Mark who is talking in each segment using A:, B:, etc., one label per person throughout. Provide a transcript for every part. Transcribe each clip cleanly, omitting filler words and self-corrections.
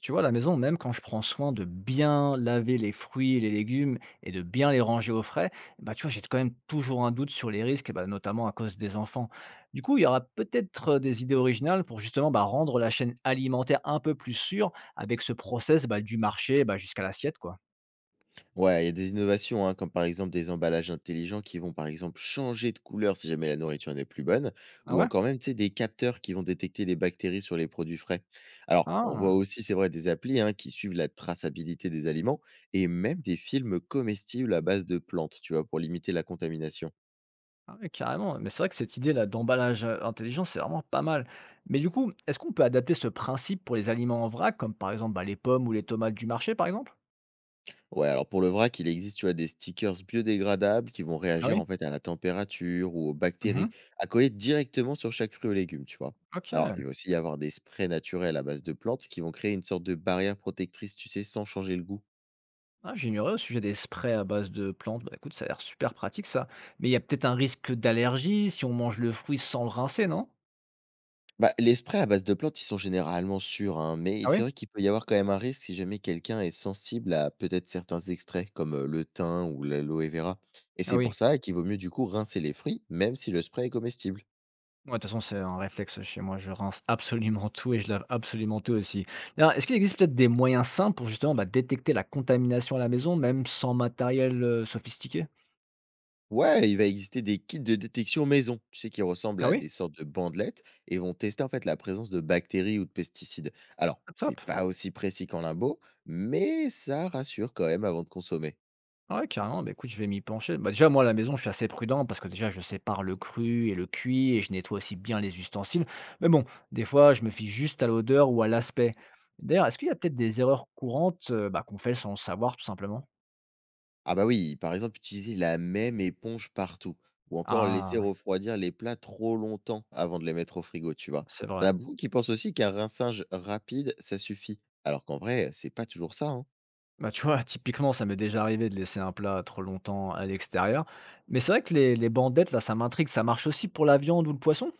A: Tu vois, à la maison, même quand je prends soin de bien laver les fruits et les légumes et de bien les ranger au frais, bah, tu vois, j'ai quand même toujours un doute sur les risques, bah, notamment à cause des enfants. Du coup, il y aura peut-être des idées originales pour justement bah, rendre la chaîne alimentaire un peu plus sûre avec ce process bah, du marché bah, jusqu'à l'assiette, quoi.
B: Ouais, il y a des innovations, hein, comme par exemple des emballages intelligents qui vont par exemple changer de couleur si jamais la nourriture n'est plus bonne,
A: Ah
B: ou
A: ouais?
B: encore même tu sais, des capteurs qui vont détecter les bactéries sur les produits frais. Alors, on voit
A: Ah,
B: aussi, c'est vrai, des applis hein, qui suivent la traçabilité des aliments et même des films comestibles à base de plantes, tu vois, pour limiter la contamination.
A: ah ouais, carrément. Mais c'est vrai que cette idée-là d'emballage intelligent, c'est vraiment pas mal. Mais du coup, est-ce qu'on peut adapter ce principe pour les aliments en vrac, comme par exemple bah, les pommes ou les tomates du marché, par exemple?
B: Ouais, alors pour le vrac, il existe, tu vois, des stickers biodégradables qui vont
A: Ah
B: réagir
A: oui?
B: en fait à la température ou aux bactéries, à coller directement sur chaque fruit ou légume, tu vois.
A: OK.
B: Alors, il va aussi y avoir des sprays naturels à base de plantes qui vont créer une sorte de barrière protectrice, tu sais, sans changer le goût.
A: Ah, j'ignorais au sujet des sprays à base de plantes. Bah, écoute, ça a l'air super pratique ça. Mais il y a peut-être un risque d'allergie si on mange le fruit sans le rincer, non?
B: Bah, les sprays à base de plantes, ils sont généralement sûrs, hein, mais
A: Ah
B: c'est
A: oui?
B: vrai qu'il peut y avoir quand même un risque si jamais quelqu'un est sensible à peut-être certains extraits, comme le thym ou l'aloe vera. Et
A: Ah
B: c'est
A: oui.
B: pour ça qu'il vaut mieux du coup rincer les fruits, même si le spray est comestible.
A: Ouais, de toute façon, c'est un réflexe chez moi. Je rince absolument tout et je lave absolument tout aussi. D'ailleurs, est-ce qu'il existe peut-être des moyens simples pour justement bah, détecter la contamination à la maison, même sans matériel sophistiqué?
B: Ouais, il va exister des kits de détection maison, tu sais, qui ressemblent
A: Ah
B: à
A: oui?
B: des sortes de bandelettes et vont tester en fait la présence de bactéries ou de pesticides. Alors,
A: Ah, top.
B: c'est pas aussi précis qu'en limbo, mais ça rassure quand même avant de consommer.
A: Ah ouais, carrément, bah, écoute, je vais m'y pencher. Bah, déjà, moi, à la maison, je suis assez prudent parce que déjà, je sépare le cru et le cuit et je nettoie aussi bien les ustensiles. Mais bon, des fois, je me fie juste à l'odeur ou à l'aspect. D'ailleurs, est-ce qu'il y a peut-être des erreurs courantes bah, qu'on fait sans le savoir, tout simplement?
B: Ah bah oui, par exemple, utiliser la même éponge partout ou encore laisser
A: Ah,
B: refroidir les plats trop longtemps avant de les mettre au frigo, tu vois.
A: c'est
B: T'en
A: vrai.
B: as beaucoup qui pensent aussi qu'un rinçage rapide, ça suffit, alors qu'en vrai, c'est pas toujours ça, hein.
A: Bah, tu vois, typiquement, ça m'est déjà arrivé de laisser un plat trop longtemps à l'extérieur. Mais c'est vrai que les bandettes, là, ça m'intrigue. Ça marche aussi pour la viande ou le poisson?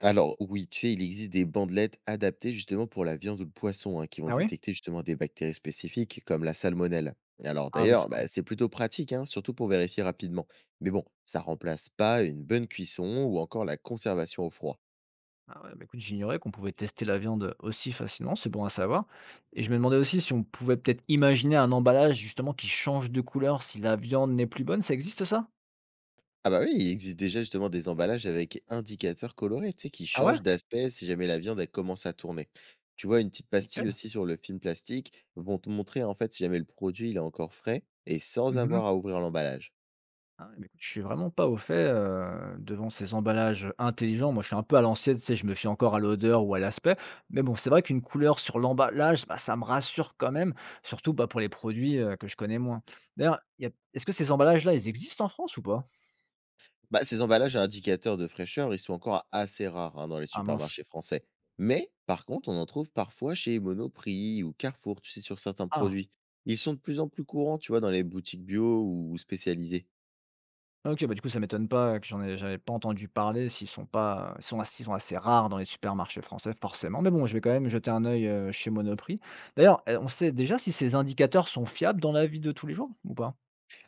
B: Alors oui, tu sais, il existe des bandelettes adaptées justement pour la viande ou le poisson, hein, qui vont
A: Ah oui?
B: détecter justement des bactéries spécifiques comme la salmonelle. Alors
A: Ah oui, ça.
B: d'ailleurs, bah, c'est plutôt pratique, hein, surtout pour vérifier rapidement. Mais bon, ça remplace pas une bonne cuisson ou encore la conservation au froid.
A: Ah ouais, bah écoute, j'ignorais qu'on pouvait tester la viande aussi facilement, c'est bon à savoir. Et je me demandais aussi si on pouvait peut-être imaginer un emballage justement qui change de couleur si la viande n'est plus bonne, ça existe ça?
B: Ah bah oui, il existe déjà justement des emballages avec indicateurs colorés, tu sais, qui
A: Ah ouais?
B: changent d'aspect si jamais la viande elle commence à tourner. Tu vois, une petite pastille
A: Nickel.
B: aussi sur le film plastique vont te montrer en fait si jamais le produit il est encore frais et sans
A: Mhm.
B: avoir à ouvrir l'emballage.
A: Ah ouais, bah écoute, je suis vraiment pas au fait devant ces emballages intelligents. Moi, je suis un peu à l'ancienne, tu sais, je me fie encore à l'odeur ou à l'aspect. Mais bon, c'est vrai qu'une couleur sur l'emballage, bah, ça me rassure quand même, surtout bah, pour les produits que je connais moins. D'ailleurs, est-ce que ces emballages-là, ils existent en France ou pas?
B: Bah, ces emballages à indicateurs de fraîcheur, ils sont encore assez rares hein, dans les
A: Ah mince.
B: supermarchés français. Mais, par contre, on en trouve parfois chez Monoprix ou Carrefour, tu sais, sur certains
A: Ah.
B: produits. Ils sont de plus en plus courants, tu vois, dans les boutiques bio ou spécialisées.
A: OK, bah, du coup, ça m'étonne pas que j'avais pas entendu parler s'ils sont pas ils sont assez rares dans les supermarchés français forcément, mais bon, je vais quand même jeter un œil, chez Monoprix. D'ailleurs, on sait déjà si ces indicateurs sont fiables dans la vie de tous les jours ou pas?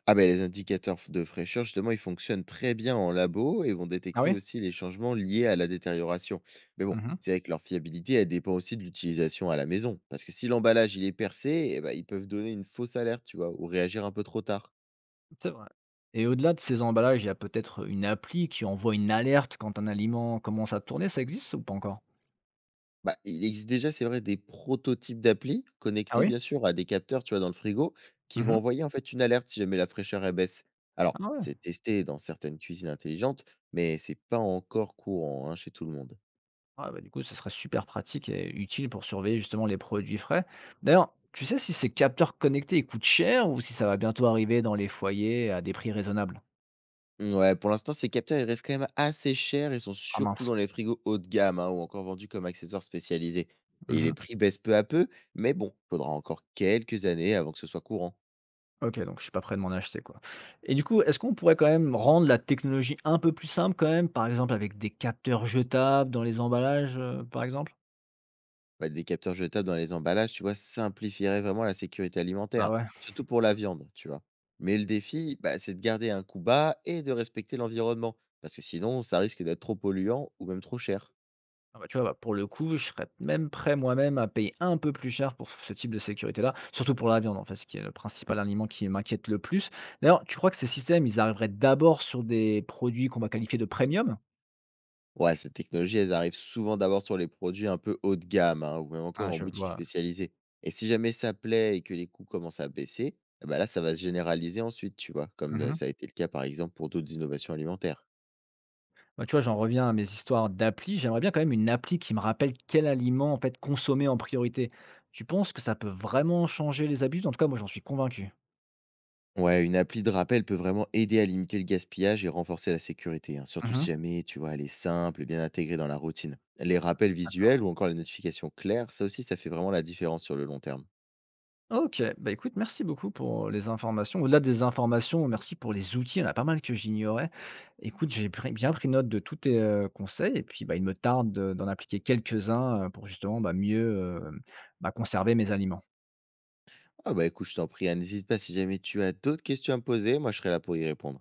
B: Ah ben, les indicateurs de fraîcheur, justement, ils fonctionnent très bien en labo et vont
A: Ah
B: détecter
A: oui?
B: aussi les changements liés à la détérioration. Mais bon,
A: Mmh.
B: c'est vrai que leur fiabilité, elle dépend aussi de l'utilisation à la maison. Parce que si l'emballage, il est percé, eh ben, ils peuvent donner une fausse alerte, tu vois, ou réagir un peu trop tard.
A: C'est vrai et au-delà de ces emballages, il y a peut-être une appli qui envoie une alerte quand un aliment commence à tourner, ça existe ou pas encore?
B: Bah, il existe déjà, c'est vrai, des prototypes d'applis
A: Ah
B: connectés,
A: oui?
B: bien sûr, à des capteurs, tu vois, dans le frigo, qui vont
A: Mmh.
B: envoyer en fait une alerte si jamais la fraîcheur elle baisse. Alors,
A: Ah ouais.
B: c'est testé dans certaines cuisines intelligentes, mais c'est pas encore courant hein, chez tout le monde.
A: Ah bah, du coup, ce serait super pratique et utile pour surveiller justement les produits frais. D'ailleurs, tu sais si ces capteurs connectés ils coûtent cher ou si ça va bientôt arriver dans les foyers à des prix raisonnables?
B: Mmh, ouais, pour l'instant, ces capteurs, ils restent quand même assez chers et sont
A: Ah
B: surtout
A: mince.
B: dans les frigos haut de gamme hein, ou encore vendus comme accessoires spécialisés. Et les
A: Mhm.
B: prix baissent peu à peu, mais bon, faudra encore quelques années avant que ce soit courant.
A: Ok, donc je suis pas prêt de m'en acheter quoi. Et du coup, est-ce qu'on pourrait quand même rendre la technologie un peu plus simple quand même, par exemple avec des capteurs jetables dans les emballages, par exemple?
B: Bah, des capteurs jetables dans les emballages, tu vois, simplifierait vraiment la sécurité
A: Bah
B: alimentaire,
A: ouais.
B: surtout pour la viande, tu vois. Mais le défi, bah, c'est de garder un coût bas et de respecter l'environnement, parce que sinon, ça risque d'être trop polluant ou même trop cher.
A: Ah bah, tu vois, bah, pour le coup, je serais même prêt moi-même à payer un peu plus cher pour ce type de sécurité-là, surtout pour la viande, en fait, ce qui est le principal aliment qui m'inquiète le plus. D'ailleurs, tu crois que ces systèmes, ils arriveraient d'abord sur des produits qu'on va qualifier de premium?
B: Ouais, ces technologies, elles arrivent souvent d'abord sur les produits un peu haut de gamme, hein, ou même
A: Ah,
B: encore en
A: je
B: boutique
A: vois.
B: spécialisée. Et si jamais ça plaît et que les coûts commencent à baisser, eh ben là, ça va se généraliser ensuite, tu vois, comme
A: Mhm.
B: ça a été le cas par exemple pour d'autres innovations alimentaires.
A: Bah, tu vois, j'en reviens à mes histoires d'appli. J'aimerais bien quand même une appli qui me rappelle quel aliment, en fait, consommer en priorité. Tu penses que ça peut vraiment changer les habitudes? En tout cas, moi, j'en suis convaincu.
B: Ouais, une appli de rappel peut vraiment aider à limiter le gaspillage et renforcer la sécurité, hein, surtout
A: Mhm.
B: si jamais, tu vois, elle est simple et bien intégrée dans la routine. Les rappels visuels ou encore les notifications claires, ça aussi, ça fait vraiment la différence sur le long terme.
A: OK, bah, écoute, merci beaucoup pour les informations. Au-delà des informations, merci pour les outils, il y en a pas mal que j'ignorais. Écoute, j'ai pris bien pris note de tous tes, conseils et puis, bah, il me tarde de d'en appliquer quelques-uns, pour justement, bah, mieux, bah, conserver mes aliments.
B: Ah bah écoute, je t'en prie, hein, n'hésite pas si jamais tu as d'autres questions à me poser, moi je serai là pour y répondre.